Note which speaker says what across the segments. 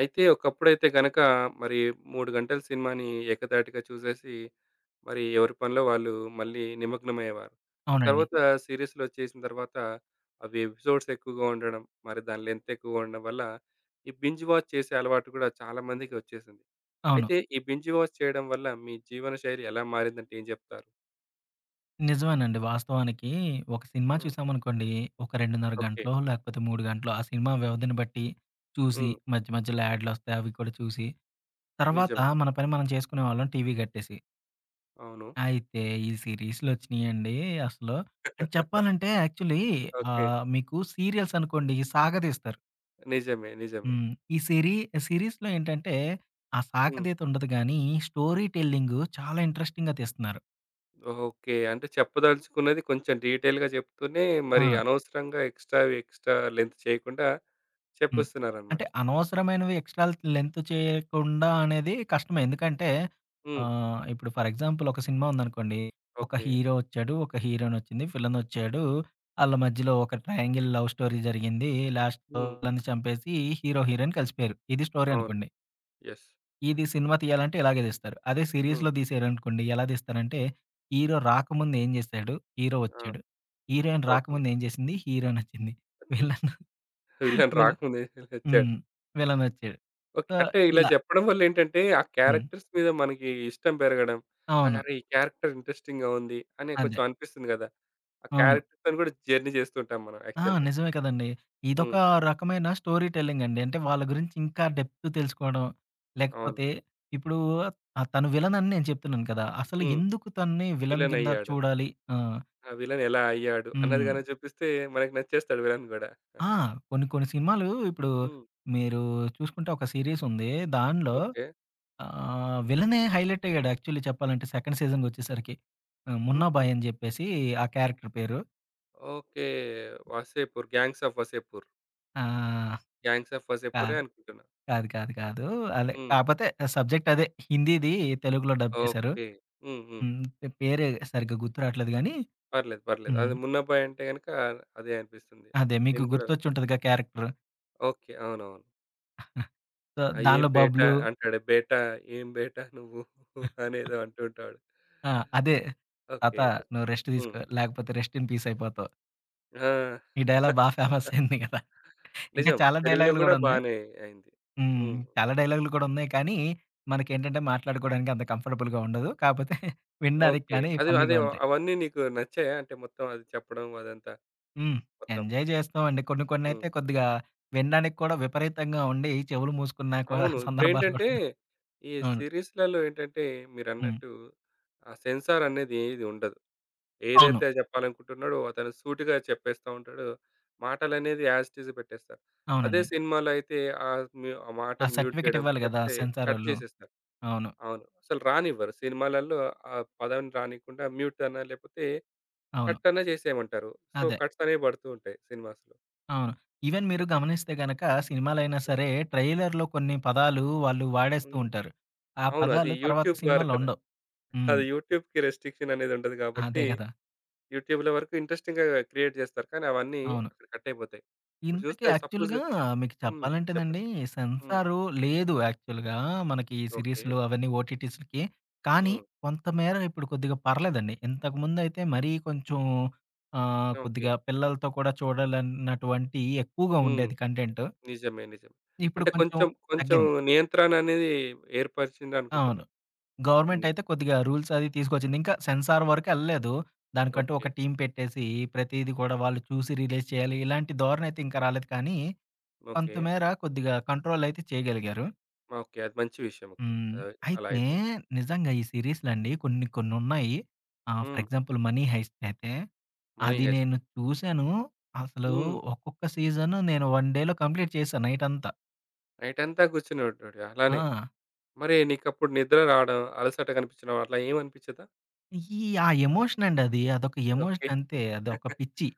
Speaker 1: అయితే ఒకప్పుడైతే గనక మరి 3 గంటల సినిమాని ఏకధాటిగా చూసేసి, మరి ఎవరి పనిలో వాళ్ళు మళ్ళీ నిమగ్నమయ్యేవారు. ఆ
Speaker 2: అవునండి.
Speaker 1: తర్వాత సీరీస్‌లొచ్చేసిన తర్వాత అవి ఎపిసోడ్స్ ఎక్కువగా ఉండడం, మరి దాని లెంత్ ఎక్కువగా ఉండడం వల్ల ఈ బింజ్ వాచ్ చేసే అలవాటు కూడా చాలా మందికి వచ్చేసింది.
Speaker 2: అవును.
Speaker 1: అయితే ఈ బింజ్ వాచ్ చేయడం వల్ల మీ జీవన శైలి ఎలా మారిందంటే ఏం జెప్తారు?
Speaker 2: నిజమేనండి. వాస్తవానికి ఒక సినిమా
Speaker 1: హ్మ్.
Speaker 2: చూసామనుకోండి, ఒక 2:30
Speaker 1: ఓకే.
Speaker 2: గంటలో లేకపోతే 3 గంటలో ఆ సినిమా వ్యవధిని బట్టి చూసి,
Speaker 1: హ్మ్.
Speaker 2: మధ్య మధ్యలో యాడ్‌లొస్తాయి అవి కూడా చూసి, తర్వాత
Speaker 1: నిజమే.
Speaker 2: మన పని మనం చేసుకునేవాళ్ళం టీవీ కట్టేసి.
Speaker 1: అవును.
Speaker 2: అయితే ఈ సీరీస్‌లొచ్చినియండి అసలు. అండ్ చెప్పాలంటే యాక్చువల్లీ
Speaker 1: ఓకే.
Speaker 2: మీకు సీరియల్స్ అనుకోండి సాగదీస్తారు.
Speaker 1: నిజమే. నిజమే.
Speaker 2: హ్మ్. ఈ సీరీస్‌లో ఏంటంటే, ఆ
Speaker 1: హ్మ్.
Speaker 2: సాగదీత ఉండదు గానీ, స్టోరీ టెల్లింగు చాలా ఇంట్రెస్టింగ్‌గా తీస్తున్నారు.
Speaker 1: ఓకే. అంటే చెప్పదలుచుకున్నది కొంచెం డీటెయిల్‌గా చెప్తూనే మరి
Speaker 2: ఆ!
Speaker 1: అనవసరంగా ఎక్స్‌ట్రా ఎక్స్‌ట్రా లెంత్ చేయకుండా
Speaker 2: హ్మ్.
Speaker 1: చెప్పేస్తున్నారనమాట.
Speaker 2: అంటే అనవసరమైనవి ఎక్స్‌ట్రా లెంత్ చేయకుండా అనేది కష్టమే. ఎందుకంటే
Speaker 1: హ్మ్.
Speaker 2: ఇప్పుడు ఫర్ ఎగ్జాంపుల్ ఒక సినిమా ఉందనుకోండి. ఒక
Speaker 1: ఓకే.
Speaker 2: హీరో వచ్చాడు. ఒక హీరోయిన్ వచ్చింది. విలన్ వచ్చాడు. ఆళ్ళ మధ్యలో ఒక ట్రయాంగిల్ లవ్ స్టోరీ జరిగింది. లాస్ట్‌లో
Speaker 1: హ్మ్.
Speaker 2: విలన్ని చంపేసి హీరో, హీరోయిన్ కలిసిపోయారు. ఇది స్టోరీ
Speaker 1: అవును.
Speaker 2: అనుకోండి.
Speaker 1: యెస్.
Speaker 2: ఇది సినిమా తీయాలంటే ఇలాగే తీస్తారు. అదే
Speaker 1: హ్మ్.
Speaker 2: సీరీస్‌లో తీశారనుకోండి ఎలా తీస్తారంటే హీరో రాకముందు ఏం చేశాడు? హీరో
Speaker 1: ఆ!
Speaker 2: వచ్చాడు. Heroine
Speaker 1: okay.
Speaker 2: రాకముందు ఏం చేసింది? హీరోయిన్ వచ్చింది.
Speaker 1: వచ్చింది.
Speaker 2: విలన్
Speaker 1: విలన్
Speaker 2: విలన్
Speaker 1: రాకముందే వచ్చాడు.
Speaker 2: హ్మ్. విలనొచ్చాడు.
Speaker 1: ఓకే.
Speaker 2: సో,
Speaker 1: అంటే ఇలా
Speaker 2: ఇలా
Speaker 1: చెప్పడం వల్లేంటంటే ఆ
Speaker 2: హ్మ్.
Speaker 1: క్యారెక్టర్స్ మీద మనకి ఇష్టం పెరగడం. ఆహ్,
Speaker 2: అవును.
Speaker 1: అరే! ఈ క్యారెక్టర్ ఇంట్రెస్టింగ్‌గా ఉంది అని కొంచెం
Speaker 2: అదే.
Speaker 1: అనిపిస్తుంది గదా! ఆ
Speaker 2: అవును.
Speaker 1: క్యారెక్టర్‌తోని కూడా జర్నీ చేస్తుంటాం మనం
Speaker 2: ఆ!
Speaker 1: యాక్చువల్‌గా.
Speaker 2: నిజమే కదండీ. ఇదొక
Speaker 1: హ్మ్.
Speaker 2: రకమైన స్టోరీ టెల్లింగ్ అండి. అంటే వాళ్ళ గురించి ఇంకా డెప్త్ తెలుసుకోవడం,
Speaker 1: అవును.
Speaker 2: లేకపోతే ఇప్పుడు తను విలన్ అని నేను చెప్తున్నాను కదా! అసలు
Speaker 1: హ్మ్.
Speaker 2: ఎందుకు తనని విలన్
Speaker 1: విలన్
Speaker 2: కింద
Speaker 1: అయ్యాడు.
Speaker 2: చూడాలి? ఆ!
Speaker 1: ఆ విలన్ ఎలా అయ్యాడు అన్నది
Speaker 2: హ్మ్.
Speaker 1: గనక చూపిస్తే మనకి నచ్చేస్తాడు విలన్ గూడా.
Speaker 2: ఆ! కొన్ని కొన్ని సినిమాలు ఇప్పుడు
Speaker 1: హ్మ్.
Speaker 2: మీరు చూసుకుంటే ఒక సీరీస్ ఉంది. దానిలో
Speaker 1: ఓకే.
Speaker 2: విలనే హైలైట్ అయ్యాడు యాక్చువల్లీ చెప్పాలంటే సెకండ్ సీజన్‌కొచ్చేసరికి. ఆ!
Speaker 1: హుహు.
Speaker 2: 'మున్నాబాయ్' అని చెప్పేసి ఆ క్యారెక్టర్ పేరు.
Speaker 1: Okay. 'Wasseypur gangs of Wasseypur.'
Speaker 2: ఆ!
Speaker 1: 'గ్యాంగ్స్ ఆఫ్ వసేపూరే'
Speaker 2: కాదు.
Speaker 1: అనుకుంటున్నా.
Speaker 2: కాదు. కాదు. కాదు. అదే
Speaker 1: హ్మ్.
Speaker 2: కాపోతే సబ్జెక్ట్ అదే. హిందీది తెలుగులో డబ్ చేశారు.
Speaker 1: ఓకే. హ్మ్. హ్మ్.
Speaker 2: హ్మ్. పేరే సరిగ్గా గుర్తు రావట్లేదు గానీ
Speaker 1: పర్లేదు. పర్లేదు.
Speaker 2: హ్మ్.
Speaker 1: అది 'మున్నాబాయ్' అంటే గనక అదే అనిపిస్తుంది.
Speaker 2: అదే మీకు
Speaker 1: నేను కూడా
Speaker 2: గుర్తొచ్చుంటదిగా క్యారెక్టర్.
Speaker 1: ఓకే. అవునవును.
Speaker 2: సో,
Speaker 1: ఆ "ఏం
Speaker 2: దానిలో
Speaker 1: బేటా"
Speaker 2: బబ్లు
Speaker 1: అంటాడు. "బేటా ఏం బేటా నువ్వు" అనేదో అంటూ ఉంటాడు.
Speaker 2: ఆ! అదే "తాత
Speaker 1: ఓకే. ఓకే.
Speaker 2: నువ్వు రెస్ట్
Speaker 1: హ్మ్.
Speaker 2: తీసుకో. లేకపోతే రెస్ట్ ఇన్ పీస్ అయిపోతావు."
Speaker 1: ఆ!
Speaker 2: ఈ డైలాగ్ బా ఫేమస్ అయింది కదా! ఇంకా
Speaker 1: నిజం.
Speaker 2: చాలా
Speaker 1: తెలుగులో
Speaker 2: డైలాగులు
Speaker 1: గూడా
Speaker 2: గూడా ఉన్నాయి.
Speaker 1: బానే అయింది.
Speaker 2: హ్మ్.
Speaker 1: హ్మ్.
Speaker 2: చాలా డైలాగులు కూడా ఉన్నాయి కానీ, మనకేంటంటే మాట్లాడుకోవడానికి అంత కంఫర్టబుల్‌గా ఉండదు. కాపోతే వినడానికి
Speaker 1: ఓకే.
Speaker 2: కానీ
Speaker 1: అది అదే
Speaker 2: ఫన్నీగా ఉంటాయి.
Speaker 1: అవన్నీ నీకు నచ్చాయా? అంటే మొత్తం అది చెప్పడం అదంతా
Speaker 2: హ్మ్.
Speaker 1: మొత్తం.
Speaker 2: ఎంజాయ్ చేస్తామండి. కొన్ని
Speaker 1: హ్మ్.
Speaker 2: కొన్నైతే కొద్దిగా వినడానికి కూడా విపరీతంగా ఉండి చెవులు మూసుకున్న కూడా
Speaker 1: అవును.
Speaker 2: సందర్భాలు కూడా
Speaker 1: ఇప్పుడేంటంటే
Speaker 2: ఉన్నాయి.
Speaker 1: ఈ
Speaker 2: అవును.
Speaker 1: సీరీస్‌లలో ఏంటంటే
Speaker 2: హ్మ్.
Speaker 1: మీరన్నట్టు ఆ సెన్సార్ అనేది ఏది ఉండదు.
Speaker 2: అవును.
Speaker 1: ఏదైతే చెప్పాలనుకుంటున్నాడో అతను సూటిగా చెప్పేస్తా ఉంటాడు. మాటలనేది యాజ్ ఇట్ ఈజ్ పెట్టేస్తారు. అదే
Speaker 2: అవునండి.
Speaker 1: సినిమాలో అయితే ఆ ఆ
Speaker 2: ఆ
Speaker 1: మాటను మ్యూట్
Speaker 2: సర్టిఫికేట్
Speaker 1: చేయడం
Speaker 2: ఇవ్వాలి గదా!
Speaker 1: లేకపోతే కట్
Speaker 2: సెన్సారోళ్ళు.
Speaker 1: చేసేస్తారు.
Speaker 2: అవును.
Speaker 1: అవును. అసలు రానివ్వరు. సినిమాలలో ఆ పదం రానీయకుండా మ్యూట్ అన్నా లేకపోతే
Speaker 2: అవును.
Speaker 1: కట్ అన్నా చేసేయమంటారు. సో,
Speaker 2: అదే.
Speaker 1: కట్స్ అనేవి పడుతూ ఉంటాయి సినిమాస్‌లో.
Speaker 2: అవును. ఈవెన్ మీరు
Speaker 1: ఓకే.
Speaker 2: గమనిస్తే గనక సినిమాలైనా
Speaker 1: హ్మ్.
Speaker 2: సరే ట్రైలర్‌లో కొన్ని పదాలు వాళ్ళు వాడేస్తూ
Speaker 1: హ్మ్.
Speaker 2: ఉంటారు. ఆ
Speaker 1: అవును. అది
Speaker 2: పదాలు తర్వాత
Speaker 1: యూట్యూబ్ వారు
Speaker 2: సినిమాలో
Speaker 1: కదా!
Speaker 2: ఉండవు. హ్మ్.
Speaker 1: అది యూట్యూబ్‌కి రెస్ట్రిక్షన్ అనేది ఉండదు కాబట్టి,
Speaker 2: అదే గదా!
Speaker 1: యూట్యూబ్‌లో వరకు ఇంట్రెస్టింగ్‌గా క్రియేట్ చేస్తారు. కానీ అవన్నీ
Speaker 2: అవును.
Speaker 1: అక్కడ కట్ అయిపోతాయి. ఇప్పుడు
Speaker 2: ఇంతకి
Speaker 1: చూస్తే సపోజ్
Speaker 2: యాక్చువల్‌గా మీకు
Speaker 1: హ్మ్.
Speaker 2: చెప్పాలంటేనండి,
Speaker 1: చెప్పండి. హ్మ్.
Speaker 2: సెన్సారు లేదు యాక్చువల్‌గా. మనకి ఈ
Speaker 1: ఓకే.
Speaker 2: సీరీస్‌లు అవన్నీ ఓటీటీస్‌లకి. కానీ
Speaker 1: హ్మ్.
Speaker 2: కొంతమేర ఇప్పుడు కొద్దిగా పర్లేదండి. ఇంతకుముందయితే మరీ కొంచెం
Speaker 1: ఓకే.
Speaker 2: కొద్దిగా పిల్లలతో కూడా చూడాలన్నటువంటి ఎక్కువగా
Speaker 1: హ్మ్.
Speaker 2: ఉండేది కంటెంటు.
Speaker 1: నిజమే. నిజమే.
Speaker 2: ఇప్పుడు
Speaker 1: అంటే
Speaker 2: కొంచెం
Speaker 1: కొంచెం కొంచెం
Speaker 2: తగ్గింది.
Speaker 1: నియంత్రణ అనేది ఏర్పరిచిందనుకుంటున్నా.
Speaker 2: అవును. గవర్నమెంట్
Speaker 1: హ్మ్.
Speaker 2: అయితే కొద్దిగా రూల్స్ అది తీసుకొచ్చింది. ఇంకా సెన్సార్ వరకెళ్ళలేదు. దానికంటూ
Speaker 1: ఓకే.
Speaker 2: ఒక టీమ్ పెట్టేసి, ప్రతీది కూడా వాళ్ళు చూసి రిలీజ్ చేయాలి. ఇలాంటి ధోరణి అయితే ఇంకా రాలేదు కానీ
Speaker 1: ఓకే.
Speaker 2: కొంతమేర కొద్దిగా కంట్రోలయితే చేయగలిగారు.
Speaker 1: ఓకే. అది మంచి విషయం. ఓకే.
Speaker 2: హ్మ్.
Speaker 1: అలా అలా
Speaker 2: అయితే
Speaker 1: అయితే.
Speaker 2: నిజంగా ఈ సీరీస్‌లండి కొన్ని కొన్నున్నాయి. For
Speaker 1: hmm.
Speaker 2: Example 'money heist' అయితే
Speaker 1: మనీ
Speaker 2: అది
Speaker 1: హైస్ట్.
Speaker 2: నేను చూసాను. అసలు
Speaker 1: హ్మ్.
Speaker 2: ఒక్కొక్క సీజన్ నేను 1 డేలో కంప్లీట్ చేశాను నైటంతా.
Speaker 1: నైటంతా కూర్చునేటోడు
Speaker 2: ఆ!
Speaker 1: అలానే. మరి నీకప్పుడు నిద్ర రావడం, అలసట కనిపించడం అట్లా ఏమనిపించదా?
Speaker 2: ఈ ఆ ఎమోషనండి అది. అదొక
Speaker 1: ఓకే.
Speaker 2: ఎమోషన్ అంతే. అదొక పిచ్చి.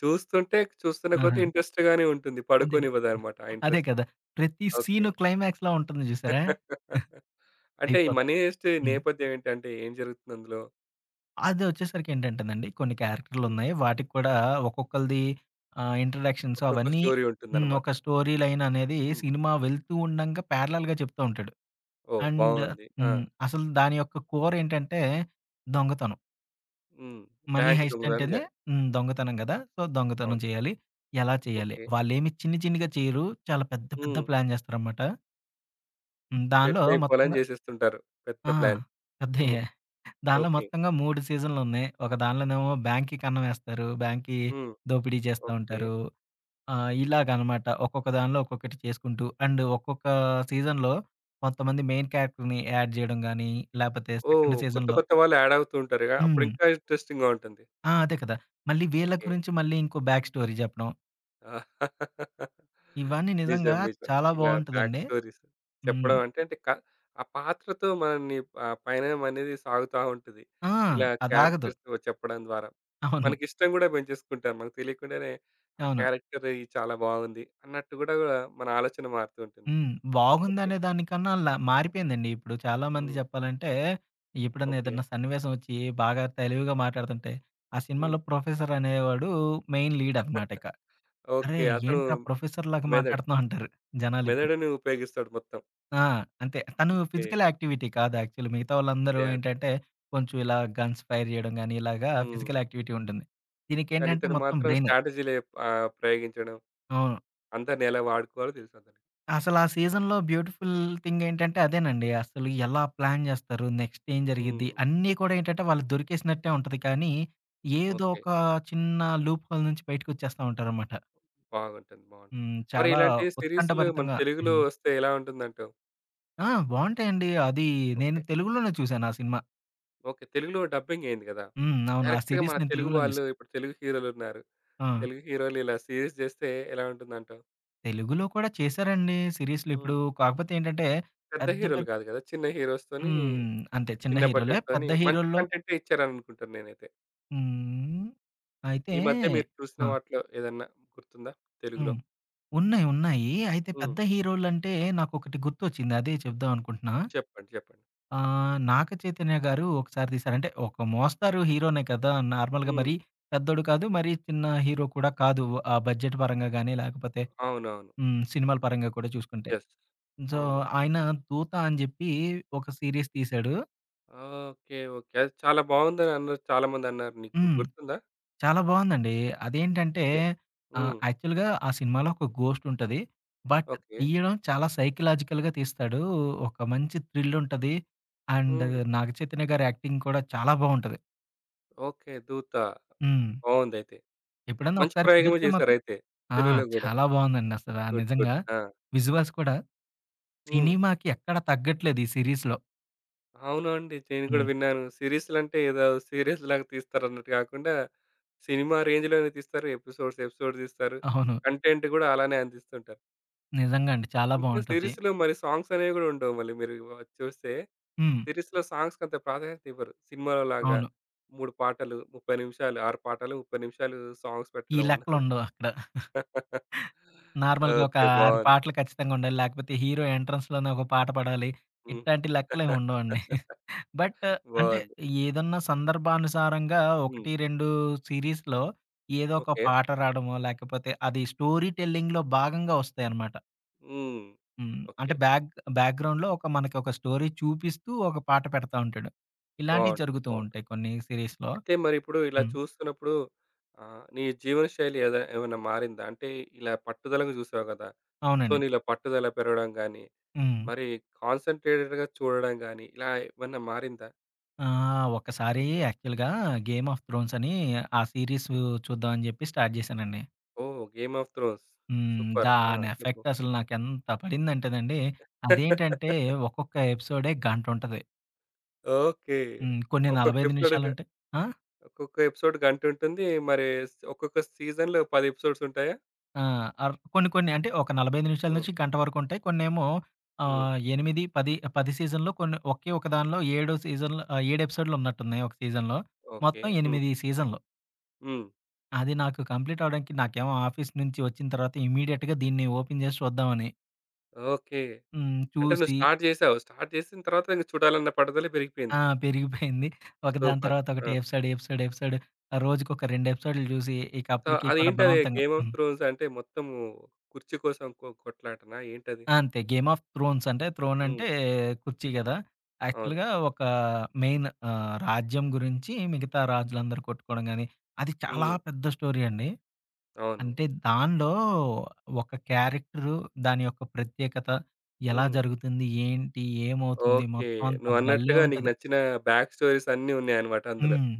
Speaker 1: చూస్తుంటే చూస్తున్న కొద్దీ
Speaker 2: ఆహా!
Speaker 1: ఇంట్రెస్ట్‌గానే ఉంటుంది.
Speaker 2: అదే.
Speaker 1: పడుకోనివ్వదనమాట ఆ
Speaker 2: అదే
Speaker 1: ఇంట్రెస్ట్.
Speaker 2: కదా! ప్రతి
Speaker 1: ఓకే.
Speaker 2: సీను క్లైమాక్స్‌లా ఉంటుంది చూసారా?
Speaker 1: అంటే ఈ
Speaker 2: అయిపోద్ది.
Speaker 1: 'మనీ హెయిస్ట్'
Speaker 2: హ్మ్.
Speaker 1: నేపథ్యం ఏంటంటే ఏం జరుగుతుంది అందులో?
Speaker 2: అది వచ్చేసరికి ఏంటంటేనండి, కొన్ని
Speaker 1: హ్మ్.
Speaker 2: క్యారెక్టర్‌లున్నాయి. వాటికి కూడా ఒక్కొక్కళ్ళది ఇంట్రడక్షన్స్
Speaker 1: ఒక్కొక్క
Speaker 2: అవన్నీ
Speaker 1: స్టోరీ
Speaker 2: హ్మ్.
Speaker 1: ఉంటుందనమాట.
Speaker 2: ఒక స్టోరీ లైన్ అనేది
Speaker 1: హ్మ్.
Speaker 2: సినిమా వెళ్తూ ఉండంగా ప్యారలెల్‌గా చెప్తా ఉంటాడు.
Speaker 1: ఓహ్!
Speaker 2: అండ్
Speaker 1: బావుంది. ఆ!
Speaker 2: హ్మ్. అసలు దాని యొక్క కోర్ ఏంటంటే దొంగతనం.
Speaker 1: హ్మ్.
Speaker 2: మనీ
Speaker 1: బ్యాంక్
Speaker 2: హైస్ట్
Speaker 1: దొంగతనం
Speaker 2: అంటేనే
Speaker 1: చేయాలి.
Speaker 2: హ్మ్. దొంగతనం గదా! సో, దొంగతనం
Speaker 1: అవును.
Speaker 2: చేయాలి. ఎలా చేయాలి?
Speaker 1: ఓకే.
Speaker 2: వాళ్ళేమి చిన్ని చిన్నిగా చేయరు. చాలా పెద్ద పెద్ద
Speaker 1: హ్మ్.
Speaker 2: ప్లాన్ చేస్తారనమాట. హ్మ్. దానిలో
Speaker 1: సెటిల్ అయిపోవాలని
Speaker 2: మొత్తంగా
Speaker 1: చేసేస్తుంటారు. పెద్ద
Speaker 2: ఆ!
Speaker 1: ప్లాన్. హ్మ్.
Speaker 2: పెద్దయ్యే. దానిలో
Speaker 1: ఓకే.
Speaker 2: మొత్తంగా 3 సీజన్‌లున్నాయి. ఒక దానిలోనేమో బ్యాంక్‌కి అన్నం ఏస్తారు. బ్యాంక్‌కి
Speaker 1: హ్మ్.
Speaker 2: దోపిడీ చేస్తా
Speaker 1: ఓకే.
Speaker 2: ఉంటారు. ఇలాగనమాట. ఒక్కొక్క దానిలో ఒక్కొక్కటి చేసుకుంటూ అండ్ ఒక్కొక్క సీజన్‌లో కొంతమంది మెయిన్ క్యారెక్టర్‌ని యాడ్ చేయడం గాని, లేపోతే సెకండ్
Speaker 1: ఓహ్! కొత్త
Speaker 2: సీజన్‌లో
Speaker 1: కొత్త వాళ్ళు యాడ్ అవుతూ ఉంటారుగా. అప్పుడు
Speaker 2: హ్మ్.
Speaker 1: ఇంకా ఇంట్రెస్టింగ్‌గా ఉంటుంది.
Speaker 2: ఆ! అదే కదా! మళ్ళీ వీళ్ళ
Speaker 1: ఓకే.
Speaker 2: గురించి మళ్ళీ ఇంకో బ్యాక్ స్టోరీ చెప్పడం.
Speaker 1: ఆ,
Speaker 2: ఇవన్నీ నిజంగా
Speaker 1: నిజం. నిజం.
Speaker 2: చాలా
Speaker 1: ఇలా బ్యాక్
Speaker 2: బావుంటదండి.
Speaker 1: స్టోరీస్
Speaker 2: హ్మ్.
Speaker 1: చెప్పడం అంటే, అంటే ఆ పాత్రతో మనల్ని ఆ పయనం అనేది సాగుతా ఉంటది.
Speaker 2: ఆ!
Speaker 1: ఇలా
Speaker 2: అదాగదు.
Speaker 1: క్యారెక్టర్స్‌తో చెప్పడం ద్వారా.
Speaker 2: అవును.
Speaker 1: మనకిష్టం గూడా పెంచేసుకుంటాం. మనకు తెలియకుండానే ఆ
Speaker 2: అవును.
Speaker 1: క్యారెక్టర్ ఇది చాలా బావుంది అన్నట్టు గూడా మన ఆలోచన మారుతూ ఉంటుంది.
Speaker 2: హ్మ్.
Speaker 1: ఓకే.
Speaker 2: బాగుందనే దానికన్నా ల మారిపోయిందండి. ఇప్పుడు చాలామంది
Speaker 1: హ్మ్.
Speaker 2: చెప్పాలంటే, ఎప్పుడన్నా
Speaker 1: ఓకే.
Speaker 2: ఏదన్నా సన్నివేశం వచ్చి బాగా తెలివిగా మాట్లాడుతుంటే, ఆ
Speaker 1: హ్మ్.
Speaker 2: సినిమాలో ప్రొఫెసర్ అనేవాడు మెయిన్ లీడ్ అనమాట ఇక. "అరే!
Speaker 1: ఓకే. అతను
Speaker 2: ఏంట్రా ప్రొఫెసర్‌లాగా
Speaker 1: మెదడు.
Speaker 2: మాట్లాడుతున్నావు" అంటారు జనాలిప్పుడు.
Speaker 1: మెదడుని ఉపయోగిస్తాడు మొత్తం.
Speaker 2: ఆ! అంతే. తను
Speaker 1: ఓకే.
Speaker 2: ఫిజికల్ యాక్టివిటీ కాదు యాక్చువల్లీ. మిగతా వాళ్ళందరూ
Speaker 1: అదే. అదే.
Speaker 2: ఏంటంటే, కొంచెం ఇలా గన్స్ ఫైర్ చేయడం గాని, ఇలాగా
Speaker 1: హ్మ్.
Speaker 2: ఫిజికల్ యాక్టివిటీ ఉంటుంది.
Speaker 1: కానీ
Speaker 2: దీనికేంటంటే
Speaker 1: ఇతడు
Speaker 2: మొత్తం
Speaker 1: మాత్రం
Speaker 2: బ్రెయినే.
Speaker 1: స్ట్రాటజీలే ఆహ్, ప్రయోగించడం
Speaker 2: అవును.
Speaker 1: అందరిని ఎలా వాడుకోవాలో తెలుసతనికి.
Speaker 2: అసలా సీజన్‌లో బ్యూటిఫుల్ థింగ్ ఏంటంటే అదేనండి. అసలు ఎలా ప్లాన్ జేస్తారు? నెక్స్ట్ ఏం
Speaker 1: హ్మ్.
Speaker 2: జరిగిద్ది? అన్నీ కూడా ఏంటంటే వాళ్ళకి దొరికేసినట్టే ఉంటది. కానీ ఏదో
Speaker 1: ఓకే.
Speaker 2: ఒక చిన్న లూప్ హోల్ నుంచి బయటకొచ్చేస్తా ఉంటారనమాట.
Speaker 1: బాగుంటుంది. బాగుంటుంది.
Speaker 2: హ్మ్.
Speaker 1: మరి
Speaker 2: చాలా
Speaker 1: ఇలాంటి సిరీస్‌లు మన
Speaker 2: ఉత్కంఠభరితంగా
Speaker 1: తెలుగులో
Speaker 2: హ్మ్.
Speaker 1: వస్తే ఎలా ఉంటుందంటావు?
Speaker 2: ఆ! బావుంటాయండి. అది నేను
Speaker 1: ఓకే.
Speaker 2: తెలుగులోనే చూసాను ఆ సినిమా.
Speaker 1: ఓకే. తెలుగులో డబ్బింగ్ అయింది కదా!
Speaker 2: హ్మ్. అవును. ఆ
Speaker 1: డైరెక్ట్‌గా మన
Speaker 2: సీరీస్ నేను
Speaker 1: తెలుగు
Speaker 2: తెలుగులోనే
Speaker 1: వాళ్ళు
Speaker 2: జూసా.
Speaker 1: ఇప్పుడు తెలుగు హీరోలున్నారు.
Speaker 2: ఆ!
Speaker 1: తెలుగు హీరోలు ఇలా సీరీస్ చేస్తే ఎలా ఉంటుందంటావు?
Speaker 2: తెలుగులో కూడా చేశారండి సీరీస్‌లు.
Speaker 1: హ్మ్.
Speaker 2: ఇప్పుడు కాకపోతే ఏంటంటే
Speaker 1: పెద్ద
Speaker 2: పెద్ద
Speaker 1: హీరోలు
Speaker 2: పెద్ద
Speaker 1: కాదు కదా! చిన్న హీరోస్‌తోని,
Speaker 2: హ్మ్. అంతే చిన్న
Speaker 1: చిన్న
Speaker 2: హీరోలే.
Speaker 1: బడ్జెట్‌తోని
Speaker 2: పెద్ద
Speaker 1: మంచి
Speaker 2: హీరోల్లో
Speaker 1: కంటెంటే ఇచ్చారనుకుంటాను నేనైతే.
Speaker 2: హ్మ్.
Speaker 1: ఈ
Speaker 2: అయితే
Speaker 1: మధ్య మీరు చూసిన
Speaker 2: ఆ!
Speaker 1: వాటిలో ఏదన్నా గుర్తుందా తెలుగులో?
Speaker 2: హ్మ్. ఉన్నాయి. ఉన్నాయి. అయితే
Speaker 1: హ్మ్.
Speaker 2: పెద్ద హీరోలంటే నాకొకటి గుర్తొచ్చింది. అదే చెప్దాం అనుకుంటున్నా.
Speaker 1: చెప్పండి. చెప్పండి.
Speaker 2: 'నాగ చైతన్య' గారు ఒకసారి తీశారు. అంటే ఒక మోస్తారు హీరోనే కదా! నార్మల్‌గా
Speaker 1: హ్మ్.
Speaker 2: మరి పెద్దోడు కాదు. మరి చిన్న హీరో కూడా కాదు. ఆ బడ్జెట్ పరంగా గాని లేకపోతే
Speaker 1: అవునవును.
Speaker 2: హ్మ్. సినిమాల పరంగా కూడా చూసుకుంటే.
Speaker 1: యెస్.
Speaker 2: సో,
Speaker 1: అవును.
Speaker 2: ఆయన 'దూత' అని చెప్పి ఒక సీరీస్ తీశాడు.
Speaker 1: ఓకే. ఓకే. అది చాలా బాగుందని అన్నారు చాలామందన్నారు నీకు.
Speaker 2: హ్మ్.
Speaker 1: గుర్తుందా?
Speaker 2: చాలా బావుందండి. అదేంటంటే
Speaker 1: ఓకే. హ్మ్.
Speaker 2: యాక్చువల్‌గా ఆ సినిమాలో ఒక గోస్ట్ ఉంటది. But
Speaker 1: okay.
Speaker 2: తీయడం చాలా సైకలాజికల్‌గా తీస్తాడు. ఒక మంచి థ్రిల్ ఉంటది. అండ్
Speaker 1: హ్మ్.
Speaker 2: నాగచైతన్య గారి యాక్టింగ్ కూడా చాలా బావుంటది.
Speaker 1: ఓకే. 'దూత'
Speaker 2: హ్మ్.
Speaker 1: బావుందయితే.
Speaker 2: ఎప్పుడన్నా
Speaker 1: మంచి
Speaker 2: ఒకసారి
Speaker 1: ప్రయోగమే
Speaker 2: కుదిరితే మాత్రం
Speaker 1: చేశారయితే.
Speaker 2: ఆ!
Speaker 1: తెలుగులో గూడా.
Speaker 2: చాలా బావుందండి అసల
Speaker 1: గుడ్. గుడ్.
Speaker 2: నిజంగా.
Speaker 1: ఆ!
Speaker 2: విజువల్స్ కూడా
Speaker 1: హ్మ్.
Speaker 2: సినిమాకి ఎక్కడ తగ్గట్లేదు ఈ సీరీస్‌లో.
Speaker 1: అవును అండి. నేను గూడా
Speaker 2: హ్మ్.
Speaker 1: విన్నాను. సీరీస్‌లంటే ఏదో సీరియల్స్‌లాగా తీస్తారన్నట్టు గాకుండా, సినిమా రేంజ్‌లోనే తీస్తారు. ఎపిసోడ్స్, ఎపిసోడ్ తీస్తారు.
Speaker 2: అవును.
Speaker 1: కంటెంట్ గూడా అలానే అందిస్తుంటారు.
Speaker 2: నిజంగా అండి. చాలా
Speaker 1: ఇంకా
Speaker 2: బావుంటది.
Speaker 1: సిరీస్‌లో మరి సాంగ్స్ అనేవి గూడా ఉండవు. మళ్ళీ మీరు చూస్తే
Speaker 2: హ్మ్.
Speaker 1: సిరీస్‌లో సాంగ్స్‌కి అంత ప్రాధాన్యత ఇవ్వరు. సినిమాలో లాగా
Speaker 2: అవును.
Speaker 1: 3 పాటలు 30 నిమిషాలు, 6 పాటలు 30 నిమిషాలు సాంగ్స్
Speaker 2: ఈ
Speaker 1: పెట్టడం ఉండదు.
Speaker 2: లెక్కలుండవు అక్కడ. నార్మల్‌గా ఒక
Speaker 1: ఓకే.
Speaker 2: 6
Speaker 1: బాగుంది.
Speaker 2: పాటలు ఖచ్చితంగా ఉండాలి. లేకపోతే హీరో ఎంట్రన్స్‌లోనే ఒక పాట పాడాలి.
Speaker 1: హ్మ్.
Speaker 2: ఇట్లాంటి లెక్కలేమి ఉండవండి. బట్ అంటే
Speaker 1: బాగుంది.
Speaker 2: ఏదన్నా సందర్భానుసారంగా
Speaker 1: హ్మ్.
Speaker 2: 1, 2 సిరీస్‌లో ఏదో ఒక
Speaker 1: ఓకే.
Speaker 2: పాట రాడమో, లేకపోతే అది స్టోరీ టెల్లింగ్‌లో భాగంగా వస్తాయన్నమాట.
Speaker 1: హ్మ్.
Speaker 2: హ్మ్.
Speaker 1: ఓకే.
Speaker 2: అంటే బ్యాక్‌గ్రౌండ్‌లో ఒక మనకి ఒక స్టోరీ చూపిస్తూ ఒక పాట పెడతా ఉంటాడు. ఇలాంటివి
Speaker 1: బావుంటుంది.
Speaker 2: జరుగుతూ
Speaker 1: బావుంటుంది.
Speaker 2: ఉంటాయి కొన్ని సీరీస్‌లో.
Speaker 1: అయితే మరి ఇప్పుడు ఇలా
Speaker 2: హ్మ్.
Speaker 1: చూస్తున్నప్పుడు ఆహ్, నీ జీవన శైలి ఏమైనా మారిందా? అంటే ఇలా పట్టుదలగా చూసావు గదా! సో,
Speaker 2: అవునండి.
Speaker 1: నీలో పట్టుదల పెరగడం గాని
Speaker 2: హ్మ్.
Speaker 1: మరి కాన్సంట్రేటెడ్‌గా చూడడం గాని, ఇలా ఏమన్నా మారిందా?
Speaker 2: ఆ! ఒక్కసారి యాక్చువల్‌గా 'గేమ్ ఆఫ్ థ్రోన్స్' అని ఆ సీరీస్ చూద్దాం అని చెప్పి స్టార్ట్ చేశానండి.
Speaker 1: ఓహ్! 'గేమ్ ఆఫ్ థ్రోన్స్'
Speaker 2: హ్మ్.
Speaker 1: సూపర్. ఆ!
Speaker 2: దాని
Speaker 1: చెప్పు.
Speaker 2: ఎఫెక్ట్ అసలు నాకెంత పడిందంటేనండి, అదేంటంటే ఒక్కొక్క ఎపిసోడే గంటుంటది.
Speaker 1: ఓకే.
Speaker 2: హ్మ్. కొన్ని
Speaker 1: ఒక్కొక్క
Speaker 2: 45
Speaker 1: ఎపిసోడ్‌గా
Speaker 2: నిమిషాలుంటాయి. ఆ!
Speaker 1: ఒక్కొక్క ఎపిసోడ్ గంటుంటుంది. మరి ఒక్కొక్క సీజన్‌లో 10 ఎపిసోడ్స్ ఉంటాయా?
Speaker 2: ఆ! అర్ కొన్ని కొన్ని అంటే ఒక 45 నిమిషాల
Speaker 1: హ్మ్.
Speaker 2: నుంచి గంట వరకుంటాయి. కొన్నేమో
Speaker 1: హ్మ్.
Speaker 2: 8, 10 సీజన్‌లో కొన్ని ఒకే ఒక దానిలో 7 సీజన్‌లో 7 ఎపిసోడ్‌లు ఉన్నట్టున్నాయి ఒక సీజన్‌లో.
Speaker 1: ఓకే.
Speaker 2: మొత్తం
Speaker 1: హ్మ్.
Speaker 2: 8 సీజన్‌లు.
Speaker 1: హ్మ్.
Speaker 2: అది నాకు కంప్లీట్ అవ్వడానికి నాకేమో ఆఫీస్ నుంచి వచ్చిన తర్వాత ఇమ్మీడియేట్‌గా దీన్ని ఓపెన్ చేసి చూద్దామని.
Speaker 1: ఓకే.
Speaker 2: హ్మ్.
Speaker 1: అంటే నువ్వు
Speaker 2: చూసి
Speaker 1: స్టార్ట్ చేసావు. స్టార్ట్ చేసిన తర్వాత ఇంక చూడాలన్న పట్టుదల పెరిగిపోయింది.
Speaker 2: ఆ! పెరిగిపోయింది. ఒక దాని
Speaker 1: సూపర్.
Speaker 2: తర్వాత ఒకటి
Speaker 1: ఆ!
Speaker 2: ఎపిసోడ్, ఎపిసోడ్, ఎపిసోడ్ రోజుకొక 2 ఎపిసోడ్‌లు చూసి ఇక
Speaker 1: సో,
Speaker 2: అప్పటికి కూడా
Speaker 1: అదేంటది
Speaker 2: బలవంతంగా
Speaker 1: 'గేమ్ ఆఫ్
Speaker 2: హ్మ్.
Speaker 1: థ్రోన్స్' అంటే మొత్తము కుర్చీ కోసం కొట్లాటనా ఏంటది?
Speaker 2: అంతే 'గేమ్ ఆఫ్ థ్రోన్స్' అంటే థ్రోన్
Speaker 1: హ్మ్.
Speaker 2: అంటే కుర్చీ కదా!
Speaker 1: అవును.
Speaker 2: యాక్చువల్‌గా ఒక మెయిన్ రాజ్యం గురించి మిగతా రాజులందరూ కొట్టుకోవడం గాని, అది చాలా
Speaker 1: హ్మ్.
Speaker 2: పెద్ద స్టోరీ అండి.
Speaker 1: అవును.
Speaker 2: అంటే దానిలో ఒక క్యారెక్టరు, దాని యొక్క ప్రత్యేకత, ఎలా
Speaker 1: హ్మ్.
Speaker 2: జరుగుతుంది, ఏంటి, ఏమవుతుంది,
Speaker 1: ఓకే.
Speaker 2: మొత్తం అంతా భలే
Speaker 1: నువ్వన్నట్టుగా నీకు
Speaker 2: ఉంటది.
Speaker 1: నచ్చిన బ్యాక్ స్టోరీస్ అన్నీ ఉన్నాయన్నమాట అందులో.
Speaker 2: హ్మ్.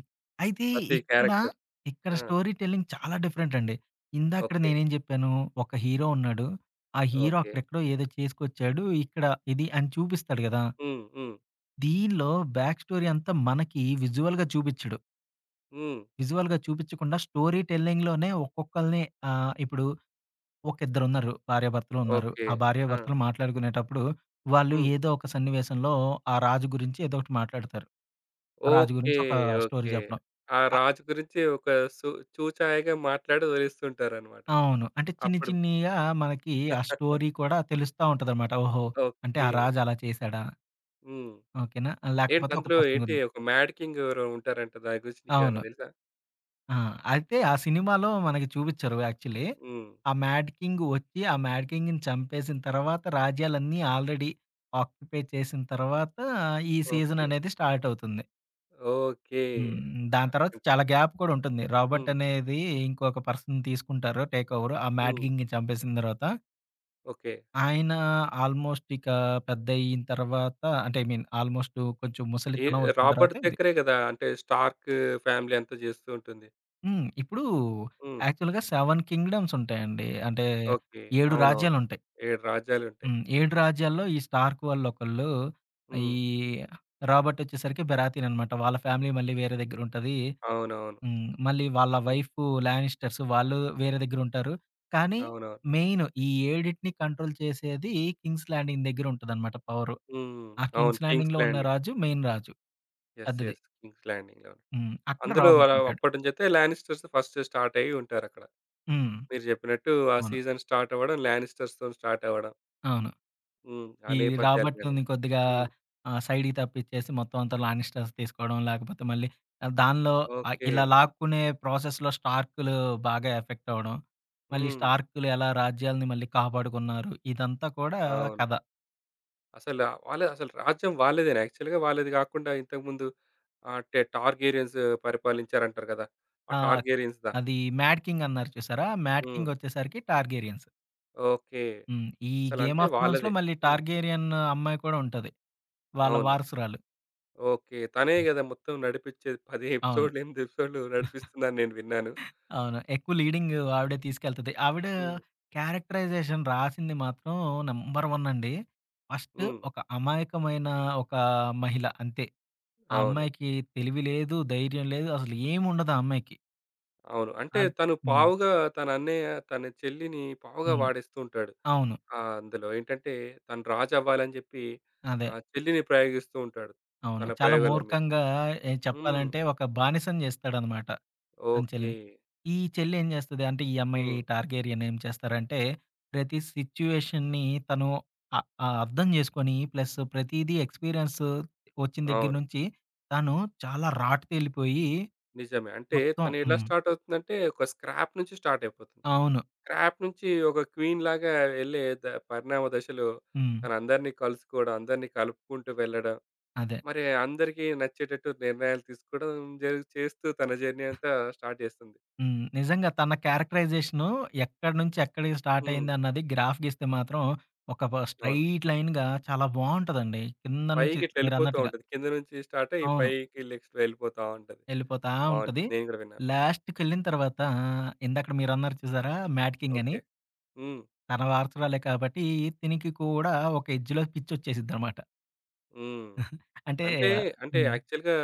Speaker 2: అయితే
Speaker 1: ప్రతి
Speaker 2: ఇక్కడ,
Speaker 1: క్యారెక్టర్.
Speaker 2: ఇక్కడ
Speaker 1: ఆ!
Speaker 2: స్టోరీ టెల్లింగ్ చాలా డిఫరెంట్ అండి. ఇందాకడ
Speaker 1: ఓకే.
Speaker 2: నేనేం జెప్పాను, ఒక హీరో ఉన్నాడు. ఆ హీరో
Speaker 1: ఓకే.
Speaker 2: అక్కడెక్కడో ఏదో చేసుకొచ్చాడు. ఇక్కడ ఇది అని చూపిస్తాడు గదా!
Speaker 1: హ్మ్. హ్మ్.
Speaker 2: దీనిలో బ్యాక్ స్టోరీ అంతా మనకి విజువల్‌గా చూపిచ్చడు.
Speaker 1: హ్మ్.
Speaker 2: విజువల్‌గా చూపిచ్చకుండా స్టోరీ టెల్లింగ్‌లోనే ఒక్కొక్కళ్ళని ఇప్పుడు ఒక ఇద్దరున్నారు. భార్యాభర్తలు ఉన్నారు.
Speaker 1: ఓకే.
Speaker 2: ఆ
Speaker 1: ఆ!
Speaker 2: భార్యాభర్తలు మాట్లాడుకునేటప్పుడు, వాళ్ళు
Speaker 1: హ్మ్.
Speaker 2: ఏదో ఒక సన్నివేశంలో ఆ రాజు గురించి ఏదో ఒకటి మాట్లాడతారు. ఆ రాజు
Speaker 1: ఓకే.
Speaker 2: గురించి ఒక స్టోరీ
Speaker 1: ఓకే.
Speaker 2: చెప్పడం.
Speaker 1: ఆ
Speaker 2: అ
Speaker 1: రాజు గురించి ఒక సు చూచాయగా మాట్లాడి వదిలేస్తుంటారన్నమాట.
Speaker 2: అవును. అంటే చిన్ని
Speaker 1: అప్పుడు
Speaker 2: చిన్నిగా మనకి ఆ స్టోరీ కూడా తెలుస్తా ఉంటదనమాట. ఓహో! అంటే
Speaker 1: ఓకే.
Speaker 2: ఆ రాజు అలా చేశాడా?
Speaker 1: హ్మ్.
Speaker 2: ఓకేనా?
Speaker 1: ఏంటి
Speaker 2: లేకపోతే ఒక
Speaker 1: అందులో
Speaker 2: పర్సన్
Speaker 1: ఏంటి
Speaker 2: గురించి.
Speaker 1: ఒక మ్యాడ్ కింగ్ ఎవరో ఉంటారంట. దాని గురించి నీకేమైనా
Speaker 2: అవును.
Speaker 1: తెలుసా?
Speaker 2: ఆ! అయితే ఆ సినిమాలో మనకి చూపిచ్చరు యాక్చువల్లీ.
Speaker 1: హ్మ్.
Speaker 2: ఆ మ్యాడ్ కింగ్ వచ్చి, ఆ మ్యాడ్ కింగ్‌ని చంపేసిన తర్వాత రాజ్యాలన్నీ ఆల్రెడీ ఆక్యుపై చేసిన తర్వాత ఈ సీజన్
Speaker 1: ఓకే.
Speaker 2: అనేది స్టార్ట్ అవుతుంది.
Speaker 1: ఓకే.
Speaker 2: హ్మ్.
Speaker 1: ఆ!
Speaker 2: దాని తర్వాత చాలా గ్యాప్ కూడా ఉంటుంది. రాబర్ట్
Speaker 1: హ్మ్.
Speaker 2: అనేది ఇంకొక పర్సన్ తీసుకుంటారు టేక్ ఓవర్. ఆ మ్యాడ్
Speaker 1: హ్మ్.
Speaker 2: కింగ్‌ని చంపేసిన తర్వాత.
Speaker 1: ఓకే.
Speaker 2: ఆయన ఆల్మోస్ట్ ఇక పెద్దయిన తర్వాత అంటే ఐ మీన్ ఆల్మోస్ట్ కొంచెం
Speaker 1: ఏ
Speaker 2: ముసలితనం వచ్చిన
Speaker 1: 'రాబర్ట్'
Speaker 2: తర్వాత ఇది.
Speaker 1: దగ్గరే గదా! అంటే 'స్టార్క్' ఫ్యామిలీ అంతా జేస్తూ ఉంటుంది.
Speaker 2: హ్మ్. ఇప్పుడు
Speaker 1: హ్మ్.
Speaker 2: యాక్చువల్‌గా 7 కింగ్‌డమ్స్ ఉంటాయండి. అంటే
Speaker 1: ఓకే.
Speaker 2: 7
Speaker 1: అవునవును.
Speaker 2: రాజ్యాలుంటాయి.
Speaker 1: 7 రాజ్యాలుంటాయి.
Speaker 2: హ్మ్. 7 రాజ్యాల్లో ఈ స్టార్క్ వాళ్ళొకళ్ళు, ఈ
Speaker 1: హ్మ్.
Speaker 2: రాబర్ట్ వచ్చేసరికి బెరాతియన్ అనమాట. వాళ్ళ ఫ్యామిలీ మళ్ళీ వేరే దగ్గరుంటది.
Speaker 1: అవునవును.
Speaker 2: హ్మ్. మళ్ళీ వాళ్ళ
Speaker 1: ఉమ్,
Speaker 2: వైఫు లానిస్టర్స్ వాళ్ళు వేరే దగ్గరుంటారు. కానీ
Speaker 1: అవునవును.
Speaker 2: మెయిన్ ఈ 7 కంట్రోల్ చేసేది కింగ్స్ ల్యాండింగ్ దగ్గరుంటదనమాట పవరు.
Speaker 1: హ్మ్.
Speaker 2: ఆ
Speaker 1: అవును.
Speaker 2: కింగ్స్
Speaker 1: 'కింగ్స్
Speaker 2: ల్యాండింగ్‌లో ఉన్న
Speaker 1: ల్యాండింగ్.'
Speaker 2: రాజు మెయిన్ రాజు
Speaker 1: యెస్.
Speaker 2: పెద్దది.
Speaker 1: యెస్. 'కింగ్స్ ల్యాండింగ్‌లోనే.'
Speaker 2: హ్మ్. అక్కడ
Speaker 1: అందులో
Speaker 2: రాబర్ట్
Speaker 1: అలా
Speaker 2: ఉంటాడు.
Speaker 1: అప్పటి నుంచైతే 'లానిస్టర్స్' ఫస్ట్ స్టార్ట్ అయ్యి ఉంటారక్కడ.
Speaker 2: హ్మ్.
Speaker 1: మీరు జెప్పినట్టు ఆ
Speaker 2: అవును.
Speaker 1: సీజన్ స్టార్ట్ అవ్వడం 'లానిస్టర్స్‌తోని' స్టార్ట్ అవ్వడం.
Speaker 2: అవును.
Speaker 1: హ్మ్. ఆ
Speaker 2: ఈ
Speaker 1: నేపథ్యాలు గాని.
Speaker 2: రాబర్ట్‌ని కొద్దిగా
Speaker 1: హ్మ్.
Speaker 2: సైడ్‌కి తప్పించేసి మొత్తం అంతా లానిస్టర్స్ తీసుకోవడం, లేకపోతే మళ్ళీ దానిలో
Speaker 1: ఓకే.
Speaker 2: ఇలా లాక్కునే ప్రాసెస్‌లో స్టార్కులు బాగా ఎఫెక్ట్ అవ్వడం. మళ్ళీ
Speaker 1: హ్మ్.
Speaker 2: స్టార్కులు ఎలా రాజ్యాల్ని మళ్ళీ కాపాడుకున్నారు. ఇదంతా కూడా
Speaker 1: అవును.
Speaker 2: కథ.
Speaker 1: అసల వాళ్ళ అసలు రాజ్యం వాళ్ళదేనా? యాక్చువల్‌గా వాళ్ళది గాకుండా ఇంతకుముందు ఆహ్, టార్గేరియన్స్ పరిపాలించారంటారు గదా! ఆ
Speaker 2: ఆ!
Speaker 1: టార్గేరియన్స్‌దా?
Speaker 2: అది 'మ్యాడ్ కింగ్' అన్నారు చూసారా? 'మ్యాడ్
Speaker 1: హ్మ్.
Speaker 2: కింగ్' వచ్చేసరికి టార్గేరియన్స్.
Speaker 1: ఓకే.
Speaker 2: హ్మ్. ఈ 'గేమ్
Speaker 1: అసలంటే
Speaker 2: ఆఫ్ థ్రోన్స్‌లో'
Speaker 1: వాళ్ళదే.
Speaker 2: మళ్ళీ
Speaker 1: హ్మ్.
Speaker 2: టార్గేరియన్ అమ్మాయి కూడా ఉంటది. వాళ్ళ
Speaker 1: అవును.
Speaker 2: వారసురాలు.
Speaker 1: ఓకే. తనే గదా! మొత్తం నడిపిచ్చేది. 10
Speaker 2: అవును.
Speaker 1: ఎపిసోడ్‌లు, 8 ఎపిసోడ్‌లు నడిపిస్తుందని నేను విన్నాను.
Speaker 2: అవును. ఎక్కువ లీడింగ్ ఆవిడే తీసుకెళ్తది. ఆవిడ
Speaker 1: హ్మ్.
Speaker 2: క్యారెక్టరైజేషన్ రాసింది మాత్రం నంబర్ వన్ అండి. ఫస్ట్
Speaker 1: హ్మ్.
Speaker 2: ఒక అమాయకమైన ఒక మహిళ అంతే. ఆ
Speaker 1: అవును.
Speaker 2: అమ్మాయికి తెలివి లేదు, ధైర్యం లేదు. అసలు ఏముండదు ఆ అమ్మాయికి.
Speaker 1: అవును. అంటే
Speaker 2: అద్
Speaker 1: తను
Speaker 2: హ్మ్.
Speaker 1: పావుగా తన అన్నయ్య తన చెల్లిని పావుగా
Speaker 2: హ్మ్.
Speaker 1: వాడేస్తూ ఉంటాడు.
Speaker 2: అవును.
Speaker 1: ఆ! అందులో ఏంటంటే తను రాజవ్వాలని జెప్పి
Speaker 2: అదే.
Speaker 1: ఆ చెల్లిని ప్రయోగిస్తూ ఉంటాడు.
Speaker 2: అవును.
Speaker 1: తన
Speaker 2: చాలా
Speaker 1: ప్రయోగాల మీద.
Speaker 2: మూర్ఖంగా ఏ
Speaker 1: హ్మ్.
Speaker 2: చెప్పాలంటే ఒక బానిసని చేస్తాడనమాట. తన
Speaker 1: ఓకే.
Speaker 2: చెల్లిని. ఈ చెల్లి ఏం చేస్తది అంటే, ఈ అమ్మాయి
Speaker 1: హ్మ్.
Speaker 2: టార్గెరియన్ ఏం చేస్తారంటే, ప్రతి సిట్యుయేషన్‌ని తను అ అర్థం చేసుకొని, ప్లస్ ప్రతీదీ ఎక్స్‌పీరియన్స్ వచ్చిన దగ్గర
Speaker 1: అవును.
Speaker 2: నుంచి, తను చాలా రాటు తేలిపోయి
Speaker 1: నిజమే. అంటే
Speaker 2: మొత్తం
Speaker 1: తను ఎలా
Speaker 2: హ్మ్.
Speaker 1: స్టార్ట్ అవుతుందంటే ఒక స్క్రాప్ నుంచి స్టార్ట్ అయిపోతుంది.
Speaker 2: అవును.
Speaker 1: స్క్రాప్ నుంచి ఒక క్వీన్ లాగా వెళ్ళే ద పరిణామ దశలో
Speaker 2: హ్మ్.
Speaker 1: తనందరిని కలుసుకోవడం, అందరిని కలుపుకుంటూ వెళ్ళడం,
Speaker 2: అదే.
Speaker 1: మరి అందరికీ నచ్చేటట్టు నిర్ణయాలు తీసుకోవడం జరుగు చేస్తూ తన జర్నీ అంతా స్టార్ట్ చేస్తుంది.
Speaker 2: హ్మ్. నిజంగా తన క్యారెక్టరైజేషను ఎక్కడి నుంచి ఎక్కడికి స్టార్ట్
Speaker 1: హ్మ్.
Speaker 2: అయిందన్నది గ్రాఫ్ గీస్తే మాత్రం, ఒక వ
Speaker 1: అవును.
Speaker 2: స్ట్రెయిట్ లైన్‌గా చాలా బావుంటదండి. కింద నుంచి
Speaker 1: పైకి ఇట్లా వెళ్ళిపోతూ
Speaker 2: మీరన్నట్టుగా.
Speaker 1: ఉంటది. కింద నుంచి స్టార్ట్ అయ్యి
Speaker 2: అవును.
Speaker 1: పైకి నెక్స్ట్ వెళ్ళిపోతా ఉంటది.
Speaker 2: ఎళ్ళిపోతా ఉంటది.
Speaker 1: బావుంటది. నేను కూడా విన్నాను.
Speaker 2: లాస్ట్‌కెళ్ళిన తర్వాత ఆ! ఇందాకడ మీరన్నారు చూసారా? మ్యాటికింగ్ అని.
Speaker 1: ఓకే. హ్మ్.
Speaker 2: తన వారసురాలే కాబట్టి తినికి కూడా ఒక ఎడ్జ్‌లో పిచ్చొచ్చేసిద్దనమాట.
Speaker 1: హ్మ్.
Speaker 2: అంటే
Speaker 1: అంటే, అంటే
Speaker 2: హ్మ్.
Speaker 1: యాక్చువల్‌గా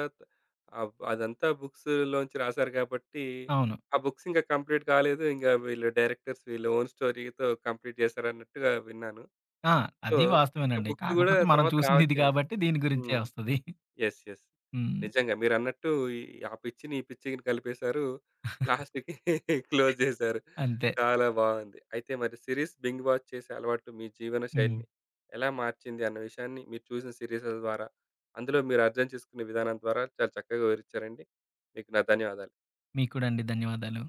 Speaker 1: ఆహ్, అదంతా బుక్స్‌లోంచి రాసారు కాబట్టి,
Speaker 2: అవును.
Speaker 1: ఆ బుక్స్ ఇంకా కంప్లీట్ కాలేదు. ఇంక వీళ్ళు డైరెక్టర్స్ వీళ్ళ ఓన్ స్టోరీతో కంప్లీట్ చేశారన్నట్టుగా విన్నాను.
Speaker 2: ఆ!
Speaker 1: సో,
Speaker 2: అది
Speaker 1: ఇంకా
Speaker 2: వాస్తవేనండి.
Speaker 1: బుక్స్ గూడా
Speaker 2: కాకపోతే మనం
Speaker 1: తర్వాత
Speaker 2: చూసిందిది
Speaker 1: రావచ్చేమో.
Speaker 2: కాబట్టి దీని గురించే
Speaker 1: హ్మ్.
Speaker 2: వస్తది.
Speaker 1: యెస్. యెస్.
Speaker 2: హ్మ్.
Speaker 1: నిజంగా మీరన్నట్టు ఈ ఆ పిచ్చిని, ఈ పిచ్చిని కలిపేశారు. లాస్ట్‌కి క్లోజ్ చేశారు.
Speaker 2: అంతే.
Speaker 1: చాలా బాగుంది. అయితే మరి సిరీస్ బింజ్ వాచ్ చేసే అలవాటు మీ జీవన
Speaker 2: హ్మ్.
Speaker 1: శైలిని ఎలా మార్చింది అన్న విషయాన్ని మీరు చూసిన సీరీస్‌ల ద్వారా, అందులో మీరు అర్థం చేసుకునే విధానం ద్వారా చాలా చక్కగా వివరించారండి. మీకు నా ధన్యవాదాలు.
Speaker 2: మీకు కూడా అండి. ధన్యవాదాలు.